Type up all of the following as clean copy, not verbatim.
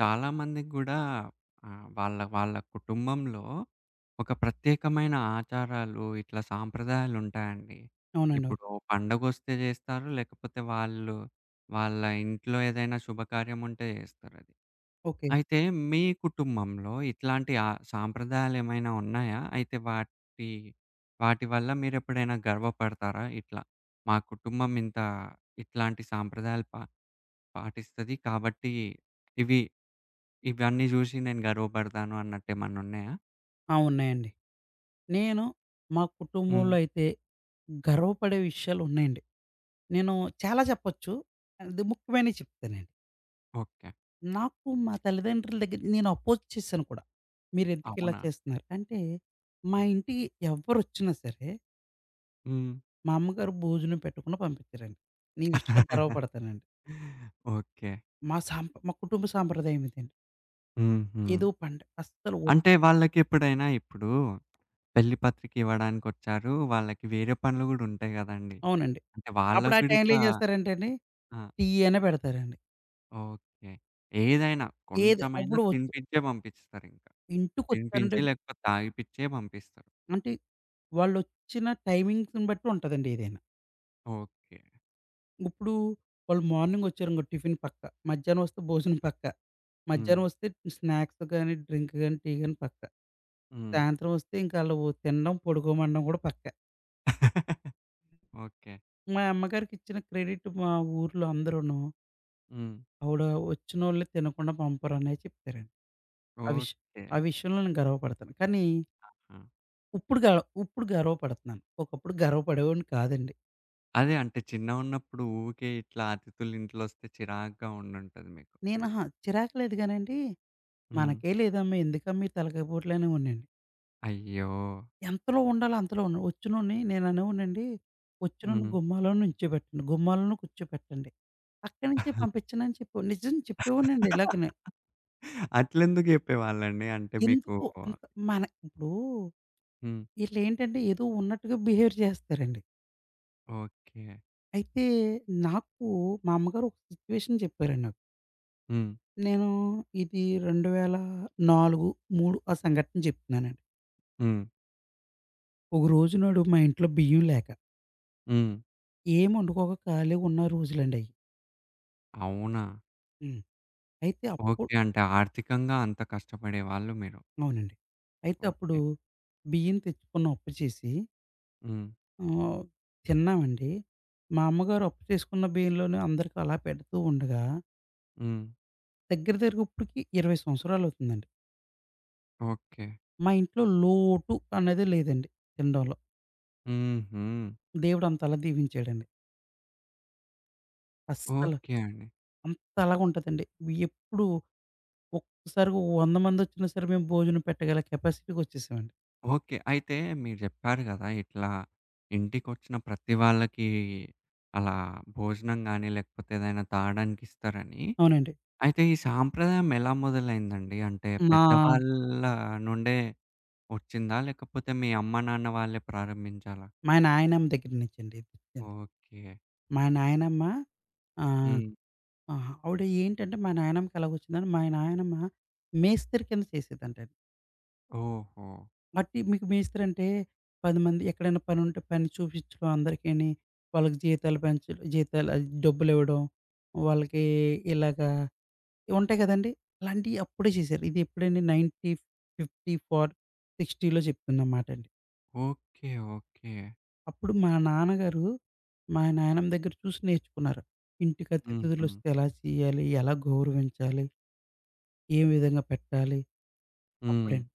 చాలామందికి గూడా వాళ్ళ వాళ్ళ కుటుంబంలో ఒక ప్రత్యేకమైన ఆచారాలు, ఇట్లా సాంప్రదాయాలుంటాయండి. అవునండి. అవును. ఇప్పుడు పండగొస్తే జేస్తారు, లేకపోతే వాళ్ళు వాళ్ళ ఇంట్లో ఏదైనా శుభకార్యం ఉంటే జేస్తారది. ఓకే. అయితే మీ కుటుంబంలో ఇట్లాంటి ఆ సాంప్రదాయాలేమైనా ఉన్నాయా? అయితే వాటి వాటి వల్ల మీరెప్పుడైనా గర్వపడతారా? ఇట్లా మా కుటుంబం ఇంత ఇట్లాంటి సాంప్రదాయాలు పాటిస్తది. కాబట్టి ఇవి ఇవన్నీ జూసి నేను గర్వపడతాను అన్నట్టేమన్నా ఉన్నాయా? ఆ! ఉన్నాయండి. నేను మా హ్మ్. కుటుంబంలో అయితే గర్వపడే విషయాలున్నాయండి. నేను చాలా చెప్పొచ్చు. అది ముఖ్యమైనవి చెప్తానండి. ఓకే. నాకు మా తల్లిదండ్రుల దగ్గర నేను అపోజ్ చేశాను కూడా. మీరెందుకిలా అవునా? చేస్తున్నారు? అంటే ఆ! మా ఇంటికి ఎవ్వరొచ్చినా సరే హ్మ్. మా అమ్మగారు భోజనం పెట్టకుండా పంపించరండి. ఈ విషయంలో గర్వపడతానండి. ఓకే. మా కుటుంబ సాంప్రదాయం ఇదండి. హుహు. ఏదో పండగ అస్సలు అంటే వాళ్ళకెప్పుడైనా ఇప్పుడు పెళ్లి పత్రిక ఇవ్వడానికొచ్చారు. వాళ్ళకి వేరే పనులు గూడా ఉంటాయి గదండీ! అవునండి. అంటే అప్పుడు వాళ్ళకి ఆ గూడా టైంలో ఇట్లా ఏం చేస్తారంటే అండి, ఆ! టీ అయినా పెడతారండి. ఓకే. ఏదైనా ఏది కొంచెమైనా అప్పుడు ఒచ్ తినిపించే పంపిస్తారింక. ఇంటికొచ్చారంటే, తినిపించి లేకపోతే తాగిపిచ్చే పంపిస్తారు. అంటే వాళ్ళొచ్చిన టైమింగ్స్‌ని బట్టి ఉంటదండి ఏదైనా. ఓకే. ఇప్పుడు వాళ్ళు మార్నింగ్ వచ్చారనుకో, టిఫిన్ పక్కా. మధ్యాహ్నం వస్తే భోజనం పక్కా. హ్మ్. మధ్యాహ్నం వస్తే స్నాక్స్ గాని, డ్రింక్ గాని, టీ గాని పక్కా. హ్మ్. సాయంత్రం వస్తే ఇంక ఆళ్ళు తినడం, పడుకోమనడం కూడా పక్కా. ఓకే. మా అమ్మగారికి ఇచ్చిన క్రెడిట్ మా ఊర్లో అందరూను హ్మ్. ఆవిడ వచ్చినోళ్ళని తినకుండా పంపరనే చెప్తారండి. ఆ విషయం ఓకే. ఆ విషయంలో నేను గర్వపడతాను. కానీ ఆ! ఇప్పుడు గ ఇప్పుడు గర్వపడుతున్నాను. ఒకప్పుడు గర్వపడేవాడిని కాదండి. అదే. అంటే చిన్నగున్నప్పుడు ఊకే ఇట్లా అతిథులు ఇంట్లోస్తే చిరాగ్గా ఉండుంటది మీకు. నేను అహా! చిరాకు లేదు గానండి, హ్మ్. మనకే లేదమ్మా! ఎందుకమ్మా ఈ తలకాయ పోట్లు అనేవోడినండి. అయ్యో! ఎంతలో ఉండాలో అంతలో ఉన్నా వచ్చినోడిని నేను అనేవోడినండి, వచ్చినోడిని హ్మ్. గుమ్మాలోనే నించోబెట్టండి, గుమ్మాలోనే కూర్చోబెట్టండి. అక్కడి నుంచే పంపించనని చెప్పేవాడిని. నిజం చెప్పేవాడినండి ఇలాగనే. అట్లెందుకు జెప్పేవాళ్ళండి? అంటే మీకు ఎందుకు అంత మన ఇప్పుడు హ్మ్. ఈళ్ళేంటంటే ఏదో ఉన్నట్టుగా బిహేవ్ చేస్తారండి. ఓకే. అయితే నాకు మా అమ్మగారు ఒక సిట్యుయేషన్ చెప్పారండి నాకు. హ్మ్. నేను ఇది 2004, 3 ఆ సంఘటన చెప్తున్నానండి. హ్మ్. ఒక రోజు నాడు మా ఇంట్లో బియ్యం లేక హ్మ్. ఏమి వండుకోక ఖాళీగా ఉన్న రోజులండయి. అవునా? హ్మ్. అయితే అప్పుడు ఓకే. అంటే ఆర్థికంగా అంత కష్టపడేవాళ్ళు మీరు. అవునండి. అయితే అప్పుడు ఓకే. బియ్యం తెచ్చుకున్న అప్పు చేసి హ్మ్. ఆహ్, తిన్నామండి. మా అమ్మగారు అప్పు చేసుకున్న బియ్యంలోనే అందరికి అలా పెడుతూ ఉండగా, హ్మ్. దగ్గర దగ్గరగా ఇప్పటికి 20 సంవత్సరాలవుతుందండి. ఓకే. మా ఇంట్లో లోటు అనేది లేదండి తినడంలో. హుహు. దేవుడు అంతలా దీవించాడండి. అస్సలు ఓకే అండి. అంతలాగుంటదండి. ఎప్పుడు ఒక్కసారిగా 100 మందొచ్చినా సరే మేము భోజనం పెట్టగల కెపాసిటీకొచ్చేసామండి. ఓకే. అయితే మీరు జెప్పారు గదా! ఇట్లా ఇంటికొచ్చిన ప్రతి వాళ్ళకి అలా భోజనం గానీ, లేకపోతే ఏదైనా తాగడానికి ఇస్తారని. అవునండి. అయితే ఈ సాంప్రదాయం ఎలా మొదలైందండి? అంటే మా పెద్దవాళ్ళ నుండే వచ్చిందా? లేకపోతే మీ అమ్మ, నాన్న వాళ్ళే ప్రారంభించాలా? మా నాయనమ్మ దగ్గర నుంచండి తెచ్చింది. ఓకే. మా నాయనమ్మ, ఆహ్, హ్మ్. ఆహ్, ఆవిడ ఏంటంటే, మా నాయనమ్మకి ఎలాగొచ్చిందని, మా నాయనమ్మ మేస్త్రి కింద చేసేదంటండి. ఓహో! బట్టి మీకు మేస్త్రి అంటే 10 మంది ఎక్కడైనా పనుంటే పని చూపించడం అందరికిని, వాళ్ళకి జీతాలు పెంచడం, జీతాలు అది డబ్బులివ్వడం, వాళ్ళకి ఇలాగా ఉంటాయి కదండీ! అలాంటియి అప్పుడే చేశారు. ఇది ఎప్పుడండి, 1954, 60లో చెప్తున్న మాటండి. ఓకే. ఓకే. అప్పుడు మా నాన్నగారు మా నాయనమ్మ దగ్గర చూసి నేర్చుకున్నారు. ఇంటికి హుహు. అతిథులొస్తే ఎలా చేయాలి? ఎలా గౌరవించాలి? ఏ విధంగా పెట్టాలి? హ్మ్. అప్పుడండి.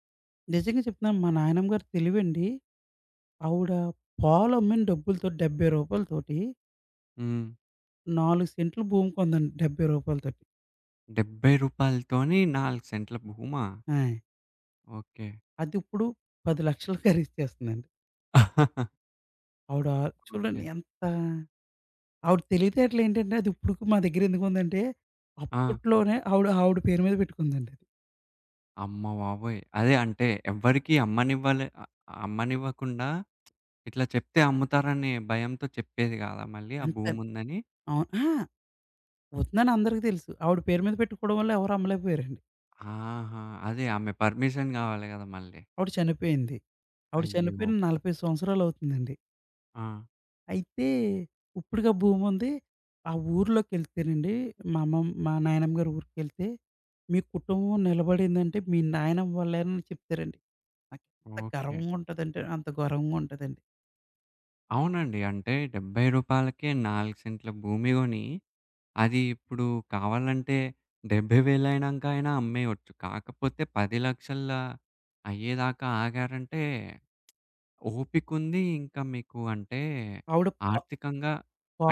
నిజంగా చెప్తున్నాను, మా నాయనమ్మ గారి తెలివండి. ఆవిడ పాలమ్మిన డబ్బులతో రూ. 70, హ్మ్. 4 సెంట్లు భూమి కొందండి. రూ. 70 రూ. 70 రూపాయలతోని 4 సెంట్ల భూమా? ఆయ్! ఓకే. అది ఇప్పుడు 10,00,000 ఖరీదు చేస్తుందండి. ఆవిడ ఓకే. చూడండి ఎంత, ఆవిడ తెలివితేటలు ఏంటంటే, అది ఇప్పుడుకి మా దగ్గర ఎందుకుందంటే ఆ! అప్పట్లోనే ఆవిడ ఆవిడ పేరు మీద పెట్టుకుందండి అది. అమ్మ బాబోయ్! అదే అంటే ఎవ్వరికీ అమ్మనివ్వలే అ అమ్మనివ్వకుండా ఇట్లా చెప్తే అమ్ముతారనే భయంతో చెప్పేది గాదా మళ్ళీ ఆ అంతే. భూముందని? అవును. ఆ! వద్దని అందరికి తెలుసు. ఆవిడ పేరు మీద పెట్టుకోవడం వల్ల ఎవరు అమ్మలేకపోయారండి. ఆహా! అదే ఆమె పర్మిషన్ గావాలి గదా మళ్ళీ. ఆవిడ చనిపోయింది. ఆవిడ అయ్యో! చనిపోయిన 40 సంవత్సరాలు అవుతుందండి. ఆ! అయితే ఇప్పుడుగా భూముంది. ఆ ఊర్లోకెళ్తేనండి, మా నాయనమ్మ గారి ఊరికెళ్తే, "మీ కుటుంబం నిలబడిందంటే మీ నాయనమ్మ వల్లేనని" చెప్తారండి. నాకెంత ఓకే. గర్వంగా ఉంటదంటే అంత గర్వంగా ఉంటదండి. అవునండి. అంటే రూ. 70కే 4 సెంట్ల భూమి గొని, అది ఇప్పుడు కావాలంటే 70,000 అయినంక అయినా అమ్మేయొచ్చు. కాకపోతే 10 లక్షల అయ్యేదాకా ఆగారంటే ఓపికుంది. ఇంకా మీకు అంటే ఆవిడ ప ఆర్థికంగా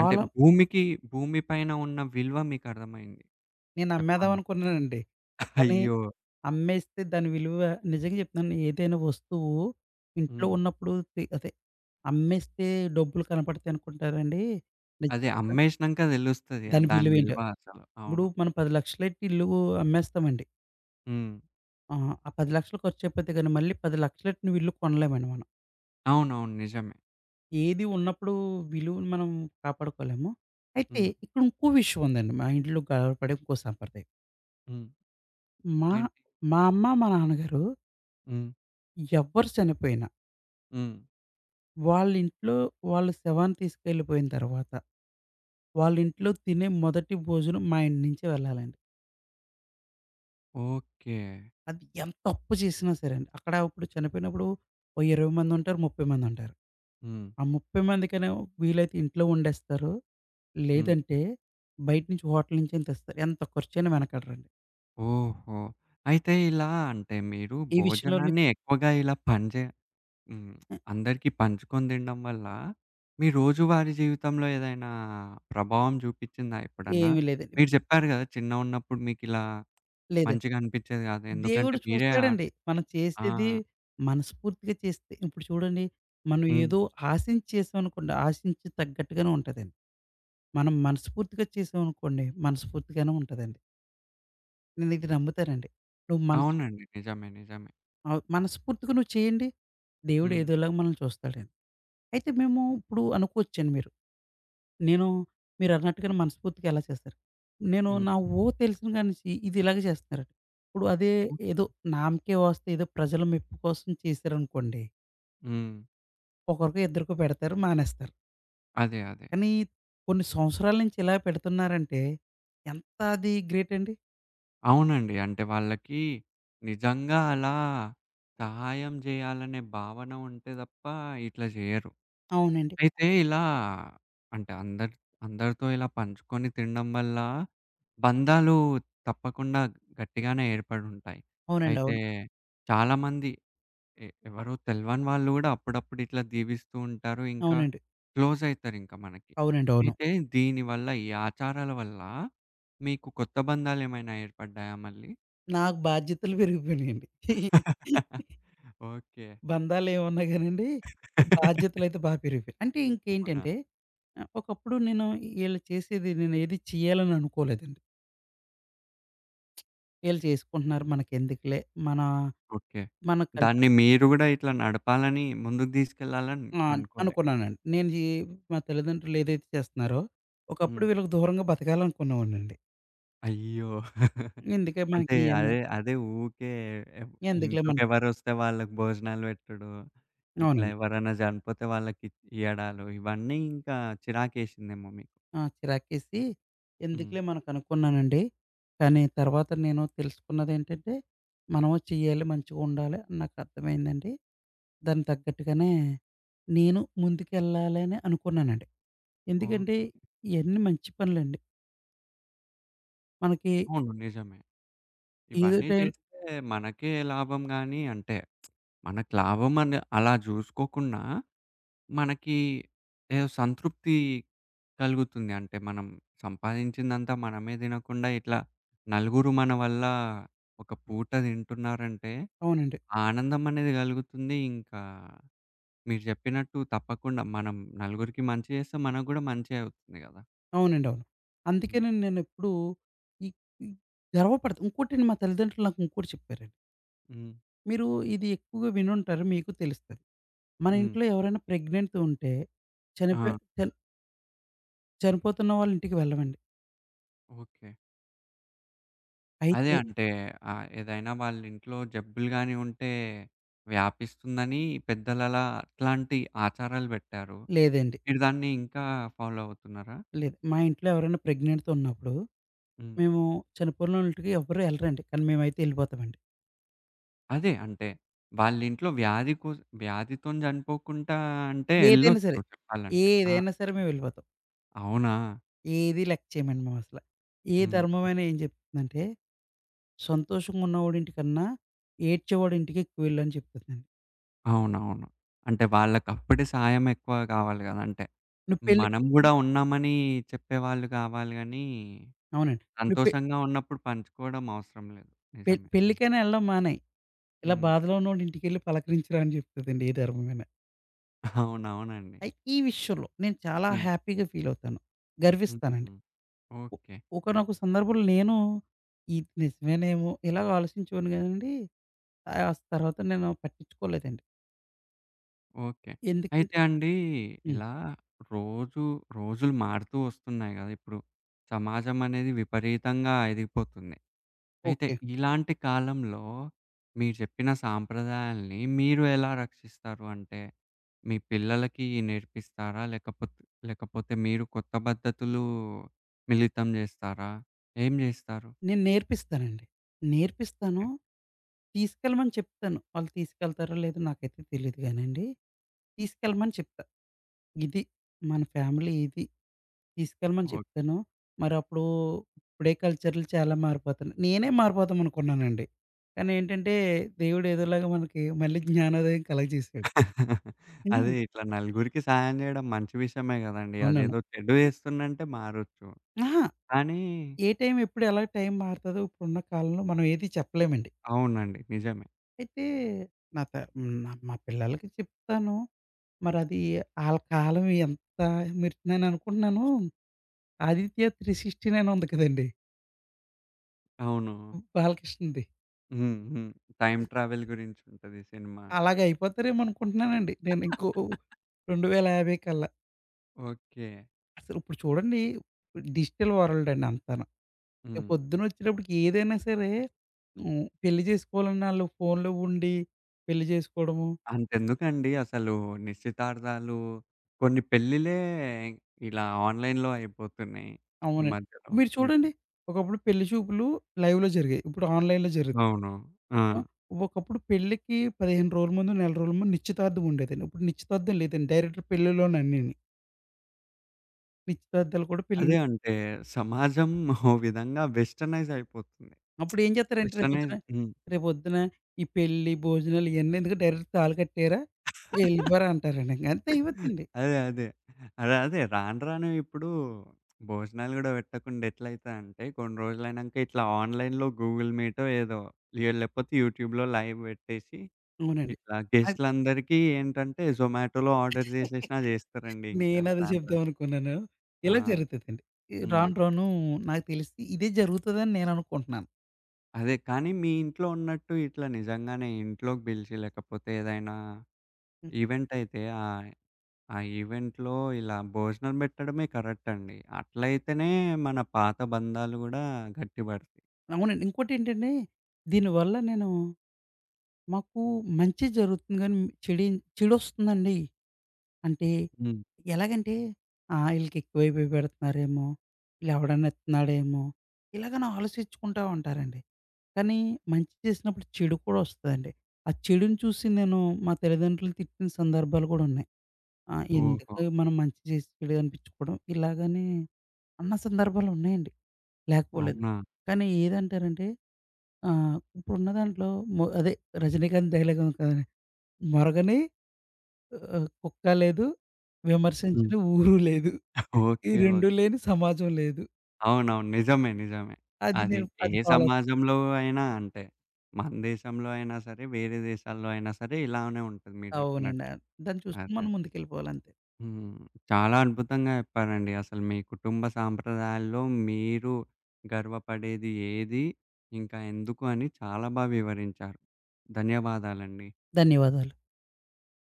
అంటే భూమికి భూమి పైన ఉన్న విలువ మీకర్థమైంది నేను చెప్పాలంటే. అమ్మేద్దామనుకున్నానండి. కానీ అయ్యో! అమ్మేస్తే దాని విలువ, నిజంగా చెప్తున్నాను, ఏదైనా వస్తువు ఇంట్లో హ్మ్. ఉన్నప్పుడు తి అదే అమ్మేస్తే డబ్బులు కనపడతాయి అనుకుంటారండి. నిజం అదే చెప్తాను అమ్మేసినంక తెలుస్తది దాని దాని విలువ ఏంటో. విలువ అసలు. ఇప్పుడు అవును. మనం 10,00,000 ఎట్టి ఇల్లు అమ్మేస్తామండి. హ్మ్. ఆహా! ఆ 10,00,000 ఖర్చయిపోద్ది, కానీ మళ్ళీ 10,00,000 ఎట్టి నువ్వు ఇల్లు కొనలేమండి మనం. అవునవును. నిజమే. ఏది ఉన్నప్పుడు విలువను మనం కాపాడుకోలేము. అయితే హ్మ్. ఇక్కడ ఇంకో విషయం ఉందండి, మా ఇంట్లో గర్వపడే ఇంకో సాంప్రదాయం. హ్మ్. మా ఏంటి? మా అమ్మ, మా నాన్నగారు, హ్మ్. ఎవ్వరు చనిపోయిన హ్మ్. వాళ్ళింట్లో, వాళ్ళు శవాన్ని తీసుకెళ్ళిపోయిన తర్వాత, వాళ్ళింట్లో తినే మొదటి భోజనం మా ఇంటి నుంచే వెళ్ళాలండి. ఓకే. అది ఎంత అప్పు చేసినా సరే అండి. అక్కడ ఇప్పుడు చనిపోయినప్పుడు ఓ 20 మందుంటారు, 30 మందుంటారు. హ్మ్. ఆ 30 మందికైనా వీలైతే ఇంట్లో వండేస్తారు. హ్మ్. లేదంటే బయట నుంచి, హోటల్ నుంచైనా తెస్తారు. ఎంత ఖర్చయినా వెనకాడరండి. ఓహో! అయితే ఇలా అంటే మీరు ఈ విషయంలోనే భోజనాన్ని ఎక్కువగా ఇలా పని జే హ్మ్. ఆహ్, అందరికి పంచుకొని తినడం వల్ల, మీ రోజువారీ జీవితంలో ఏదైనా ప్రభావం చూపించిందా ఎప్పుడన్నా? ఏమి లేదండి. మీరు చెప్పారు కదా! చిన్నగున్నప్పుడు మీకిలా లేదండి. మంచిగా అనిపిచ్చేది కాదు. ఎందుకంటే దేవుడు మీరే చూస్తాడండి. ఆర్థిక మనం ఆ! చేసేది మనస్ఫూర్తిగా చేస్తే. ఇప్పుడు చూడండి, మనం హ్మ్. ఏదో ఆశించి చేసామనుకోండి, ఆశించి తగ్గట్టుగానే ఉంటదండి. మనం మనస్ఫూర్తిగా చేసామనుకోండి, మనస్ఫూర్తిగానే ఉంటదండి. నేనిది నమ్ముతానండి. నువ్వు మనస్ అవునండి. నిజమే. నిజమే. మనస్ఫూర్తిగా నువ్వు చేయండి, దేవుడు హ్మ్. ఏదోలాగా మనల్ని చూస్తాడండి. అయితే మేము ఇప్పుడు అనుకోవచ్చండి మీరు. నేను మీరన్నట్టుగానే మనస్ఫూర్తిగా ఎలా చేస్తారు? నేను హ్మ్. నా ఓ తెలిసిన కాడ్నుంచి ఇది ఇలాగే చేస్తున్నారండి. ఇప్పుడు అదే హ్మ్. ఏదో నామకే వాస్తే ఏదో ప్రజల మెప్పు కోసం చేశారనుకోండి, హ్మ్. ఒకరికో ఇద్దరికో పెడతారు. మానేస్తారు. అదే. అదే. కానీ కొన్ని సంవత్సరాల నుంచి ఇలా పెడుతున్నారంటే ఎంత అది గ్రేట్ అండి. అవునండి. అంటే వాళ్ళకి నిజంగా అలా సహాయం చేయాలనే భావన ఉంటే తప్ప ఇట్లా చేయరు. అవునండి. అయితే ఇలా అంటే అందరి అందరితో ఇలా పంచుకొని తినడం వల్ల బంధాలు తప్పకుండా గట్టిగానే ఏర్పడుంటాయి. అవునండి. అయితే అవును. చాలామంది ఎ ఎవరో తెలవని వాళ్ళు గూడా అప్పుడప్పుడు ఇట్లా దీవిస్తూ ఉంటారు. ఇంకా అవునండి. క్లోజ్ అయితారింక మనకి. అవునండి. అవును. అయితే దీనివల్ల ఈ ఆచారాల వల్ల మీకు కొత్త బంధాలేమైనా ఏర్పడ్డాయా మళ్ళీ? నాకు బాధ్యతలు పెరిగిపోయినాయండి. ఓకే. బంధాలేమున్నా గానండి, బాధ్యతలైతే పెరిగిపోయాయి. అంటే అవునా? ఇంకేంటంటే, ఒకప్పుడు నేను ఈళ్ళు చేసేది నేనేది చేయాలని అనుకోలేదండి. ఈళ్ళు చేసుకుంటున్నారు మనకెందుకులే, మన ఓకే. మన కల్ దాన్ని మీరు గూడా ఇట్లా నడపాలని, ముందుకు తీసుకెళ్ళాలని ఆ! అనుకోలే. అనుకున్నానండి. నేను ఈ మా తల్లిదండ్రులు ఏదైతే చేస్తున్నారో, ఒకప్పుడు హ్మ్. వీళ్ళకి దూరంగా బతకాలనుకునేవాడినండి. అయ్యో! ఎందుకే మనకి అంటే ఇయన్నీ, అదే, అదే ఊకే ఎవ్ ఎందుకులే మనకి, ఇంట్లోకెవరొస్తే వాళ్ళకి భోజనాలు పెట్టడు, ఇట్లా అవునండి. ఎవరైనా చనిపోతే వాళ్ళకి ఇయ్యడాలు, ఇవన్నీ ఇంకా చిరాకేసిందేమో మీకు. ఆ! హ్మ్. ఎందుకులే మనకనుకున్నానండి. కానీ తర్వాత నేను తెలుసుకున్నదేంటంటే, మనము చెయ్యాలి, మంచిగుండాలి అని నాకర్థమైందండి. దానికి తగ్గట్టుగానే నేను ముందుకెళ్ళాలి అని అనుకున్నానండి. ఓహ్! ఎందుకంటే, ఇయన్నీ మంచి పనులండి. మనకి అవును. నిజమే. ఏదో ఇవన్నీ టైం చేస్తే మనకే లాభం గానీ, అంటే మనకు లాభం అని అలా చూసుకోకున్నా మనకి ఏదో సంతృప్తి కలుగుతుంది. అంటే మనం సంపాదించిందంతా మనమే తినకుండా ఇట్లా నలుగురు మన వల్ల ఒక పూట తింటున్నారంటే అవునండి. ఆ ఆనందం అనేది కలుగుతుంది. ఇంకా మీరు చెప్పినట్టు తప్పకుండా మనం నలుగురికి మంచి చేస్తే మనకు గూడా మంచే అవుతుంది గదా! అవునండి. అవును. హ్మ్. అందుకేనండి నేనెప్పుడూ ఈ ఈ గర్వపడత ఇంకోటండి, మా తల్లిదండ్రులు నాకు ఇంకోటి చెప్పారండి. హ్మ్. మీరు ఇది ఎక్కువగా వినుంటారు, మీకు తెలుస్తది. మన హ్మ్. ఇంట్లో ఎవరైనా ప్రెగ్నెంట్ ఉంటే, ఆ! చనిపోయి చని చనిపోతున్న వాళ్ళ ఇంటికి వెళ్ళమండి. ఓకే. అదే అయితే అంటే ఏదైనా వాళ్ళ ఇంట్లో జబ్బులు గాని ఉంటే వ్యాపిస్తుందని పెద్దలలా అట్లాంటి ఆచారాలు పెట్టారు. లేదండి. మీరు దాన్ని ఇంకా ఫాలో అవుతున్నారా? లేదు. మా ఇంట్లో ఎవరైనా ప్రెగ్నెంట్‌తో ఉన్నప్పుడు, హ్మ్. మేము చనిపోయినోళ్ళింటికి ఎవ్వరు ఎళ్ళరండి. కానీ మేమైతే ఎళ్ళిపోతామండి. అదే అంటే వాళ్ళింట్లో వ్యాధి కోస్ వ్యాధితోని చనిపోకుండా అంటే ఏదైనా ఎళ్ళొచ్చు సరే. చెప్పాలంటే. ఆ! ఏదైనా సరే మేమెళ్ళిపోతాం. అవునా? ఏది లెక్క చేయమండి మేమసల. ఏ హుహు. ధర్మమైనా ఏం చెప్తుందంటే, సంతోషంగా ఉన్నవాడి ఇంటికన్నా, ఏడ్చేవాడి ఇంటికి ఎక్కువ వెళ్ళని చెప్తుందండి. అవునవును. అంటే వాళ్ళకప్పుడే సాయం ఎక్కువ కావాలి కదా! అంటే నువ్వు పెళ్లి మనం గూడా ఉన్నామని చెప్పేవాళ్ళు కావాలి గానీ, అవునండి. నువ్వు పె సంతోషంగా ఉన్నప్పుడు పంచుకోవడం అవసరం లేదు. పె నిజమే. పెళ్ళికైనా ఎళ్ళడం మానేయి. ఇలా హ్మ్. బాధలో ఉన్నోడి ఇంటికెళ్ళి పలకరించురా అని చెప్తదండి ఏ ధర్మమైనా. అవునవునండి. అయి ఈ విషయంలో నేను చాలా హ్మ్. హ్యాపీగా ఫీల్ అవుతాను. గర్విస్తానండి. హుహు. ఒ ఓకే. ఒకానొక సందర్భంలో నేను ఇది నిజమేనేమో ఇలాగ ఆలోచించేవాడిని గానండి. తర్వాత నేను పట్టించుకోలేదండి. ఓకే. ఎందుకంటే అయితే అండి హ్మ్. ఇలా రోజు రోజులు మారుతూ వస్తున్నాయి గదా! ఇప్పుడు సమాజం అనేది విపరీతంగా ఎదిగిపోతుంది. అయితే ఓకే. ఇలాంటి కాలంలో మీరు చెప్పిన సాంప్రదాయాల్ని మీరు ఎలా రక్షిస్తారు? అంటే మీ పిల్లలకి నేర్పిస్తారా? లేకపోతే లేకపోతే మీరు కొత్త పద్ధతులు మిళితం జేస్తారా? ఏం జేస్తారు? నేను నేర్పిస్తానండి. నేర్పిస్తాను, ఓకే. తీసుకెళ్ళమని చెప్తాను. వాళ్ళు తీసుకెళ్తారో లేదో నాకైతే తెలీదు గానండి. తీసుకెళ్ళమని చెప్తా. ఇది మన ఫ్యామిలీ ఇది. తీసుకెళ్ళమని చెప్తాను. మరప్పుడు ఇప్పుడే కల్చర్‌లు చాలా మారిపోతున్నాయి. నేనే మారిపోదాం అనుకున్నానండి. కానీ ఏంటంటే దేవుడు ఏదోలాగా మనకి మళ్ళీ జ్ఞానోదయం కలగజేసాడు. ఓకే. అదే హ్మ్. ఇట్లా నలుగురికి సాయం జేయడం మంచి విషయమే గదండీ. అవునవును. అదేదో చెడు జేస్తున్నంటే మారొచ్చు. అహా! కానీ ఏ టైం ఎప్పుడు ఎలా టైం మారుతదో ఇప్పుడున్న కాలంలో మనం ఏది చెప్పలేమండి. అవునండి. నిజమే. అయితే నా త హ్మ్. నా మా పిల్లలకి చెప్తాను. మరది ఆళ్ళ కాలం ఎంత, మీరు నేననుకుంటున్నాను 'ఆదిత్య త్రీ సిక్స్టీ నైన్' ఉంది కదండీ! అవును. బాలకృష్ణది. హ్మ్. హ్మ్. టైమ్ ట్రావెల్ గురించుంటది సినిమా. అలాగే అయిపోతారేమో అనుకుంటున్నానండి. నేను ఇంకో 2050 కల్లా. ఓకే. అసలు ఇప్పుడు చూడండి డిజిటల్ వరల్డ్ అండి అంతాను. రేపు హ్మ్. పొద్దునొచ్చేటప్పటికి ఏదైనా సరే హ్మ్. పెళ్లి చేసుకోవాలన్న ఆళ్ళు ఫోన్‌లో ఉండి పెళ్లి చేసుకోవడము. అంతెందుకండి అసలు నిశ్చితార్థాలు కొన్ని పెళ్ళిలే ఇలా ఆన్‌లైన్‌లో అయిపోతున్నాయి ఈ అవునండి. మధ్యలో. మీరు చూడండి, హ్మ్. ఒకప్పుడు పెళ్లి చూపులు లైవ్‌లో జరిగాయి. ఇప్పుడు ఆన్‌లైన్‌లో జరుగుతున్నాయి. అవును. ఆ! ఆ! ఒకప్పుడు పెళ్ళికి 15 రోజుల ముందు, నెల రోజుల ముందు నిశ్చితార్థం ఉండేదండి. ఇప్పుడు నిశ్చితార్థం లేదండి. డైరెక్ట్ పెళ్ళిలోనన్నీని. నిశ్చితార్థాలు కూడా పెళ్ళిలో అదే అంటే సమాజం ఓ విధంగా వెస్టర్నైజ్ అయిపోతుంది. అప్పుడు ఏం చేస్తారంటే, వెస్టర్నైజ్ హ్మ్. రేపొద్దున ఈ పెళ్లి, భోజనాలు ఇయన్నీ ఎందుకు, డైరెక్ట్ తాళి కట్టారా? ఎళ్ళిపోరా అంటారండి. ఇంక అంతే అయిపోద్దండి. అదే. అదే. అదే. అదే. రాను రాను ఇప్పుడు భోజనాలు గూడా పెట్టకుండా ఎట్లయితదంటే కొన్ని రోజులైనంక ఇట్లా ఆన్‌లైన్‌లో గూగుల్ మీటో ఏదో లే లేకపోతే యూట్యూబ్‌లో లైవ్ పెట్టేసి అవునండి. ఇట్లా అది గెస్ట్‌లందరికీ ఏంటంటే జొమాటోలో ఆర్డర్ చేసేసినా చేస్తారండి ఇంకా నేనదే రాను రాను. చెప్దామనుకున్నాను. ఆ! ఇలా జరుగుతదండి. ఈ హ్మ్. రాను రాను నాకు తెలిసి ఇదే జరుగుతదని నేననుకుంటున్నాను. అదే. కానీ మీ ఇంట్లో ఉన్నట్టు ఇట్లా నిజంగానే ఇంట్లోకి పిలిచి లేకపోతే ఏదైనా హ్మ్. ఈవెంట్ అయితే ఆ ఆ ఈవెంట్‌లో ఇలా భోజనం పెట్టడమే కరెక్ట్ అండి. అట్లయితేనే మన పాత బంధాలు గూడా గట్టిపడతాయి. అవునండి. ఇంకోటేంటంటే దీనివల్ల నేను మాకు మంచి జరుగుతుంది గానీ, చెడే చెడొస్తుందండి. అంటే హ్మ్. ఎలాగంటే, ఈళ్ళకి ఎక్కువైపోయి పెడుతున్నారేమో, ఈళ్ళెవడన్నా ఇత్తన్నాడేమో, ఇలాగని ఆలోచించుకుంటా ఉంటారండి. కానీ మంచి చేసినప్పుడు చెడు కూడా ఒస్తదండి. ఆ చెడుని చూసి నేను, మా తల్లిదండ్రులు తిట్టిన సందర్భాలు కూడా ఉన్నాయి. ఆ! ఓహో! ఎందుకు మనం మంచి చేసి చెడు అనిపించుకోవడం, ఇలాగని అన్న సందర్భాలు ఉన్నాయండి. లేకపోలేదు. అవునా? కానీ ఏదంటారంటే, ఇప్పుడున్న దాంట్లో మొ అదే రజనీకాంత్ డైలాగ్ ఉంది కదండీ! 'మొరగని కుక్క లేదు, హ్మ్. విమర్శించని ఊరు లేదు.' ఈ ఓకే. 2 ఓకే. లేని సమాజం లేదు. అవునవును. నిజమే. నిజమే. అది అది నేను ఏ అది ఫాలో అవుతాను. సమాజంలో అయినా అంతే. మన దేశంలో అయినా సరే, వేరే దేశాల్లో అయినా సరే ఇలానే ఉంటది మీరు జెప్పినట్టు. అవునండి. దాన్ని చూసుకొని అదే. మనం ముందుకెళ్ళిపోవాలంతే. హ్మ్. చాలా అద్భుతంగా చెప్పారండి. అసలు మీ కుటుంబ సాంప్రదాయాల్లో మీరు గర్వపడేది ఏది? ఇంకా ఎందుకు అని చాలా బా వివరించారు. ధన్యవాదాలండి. ధన్యవాదాలు.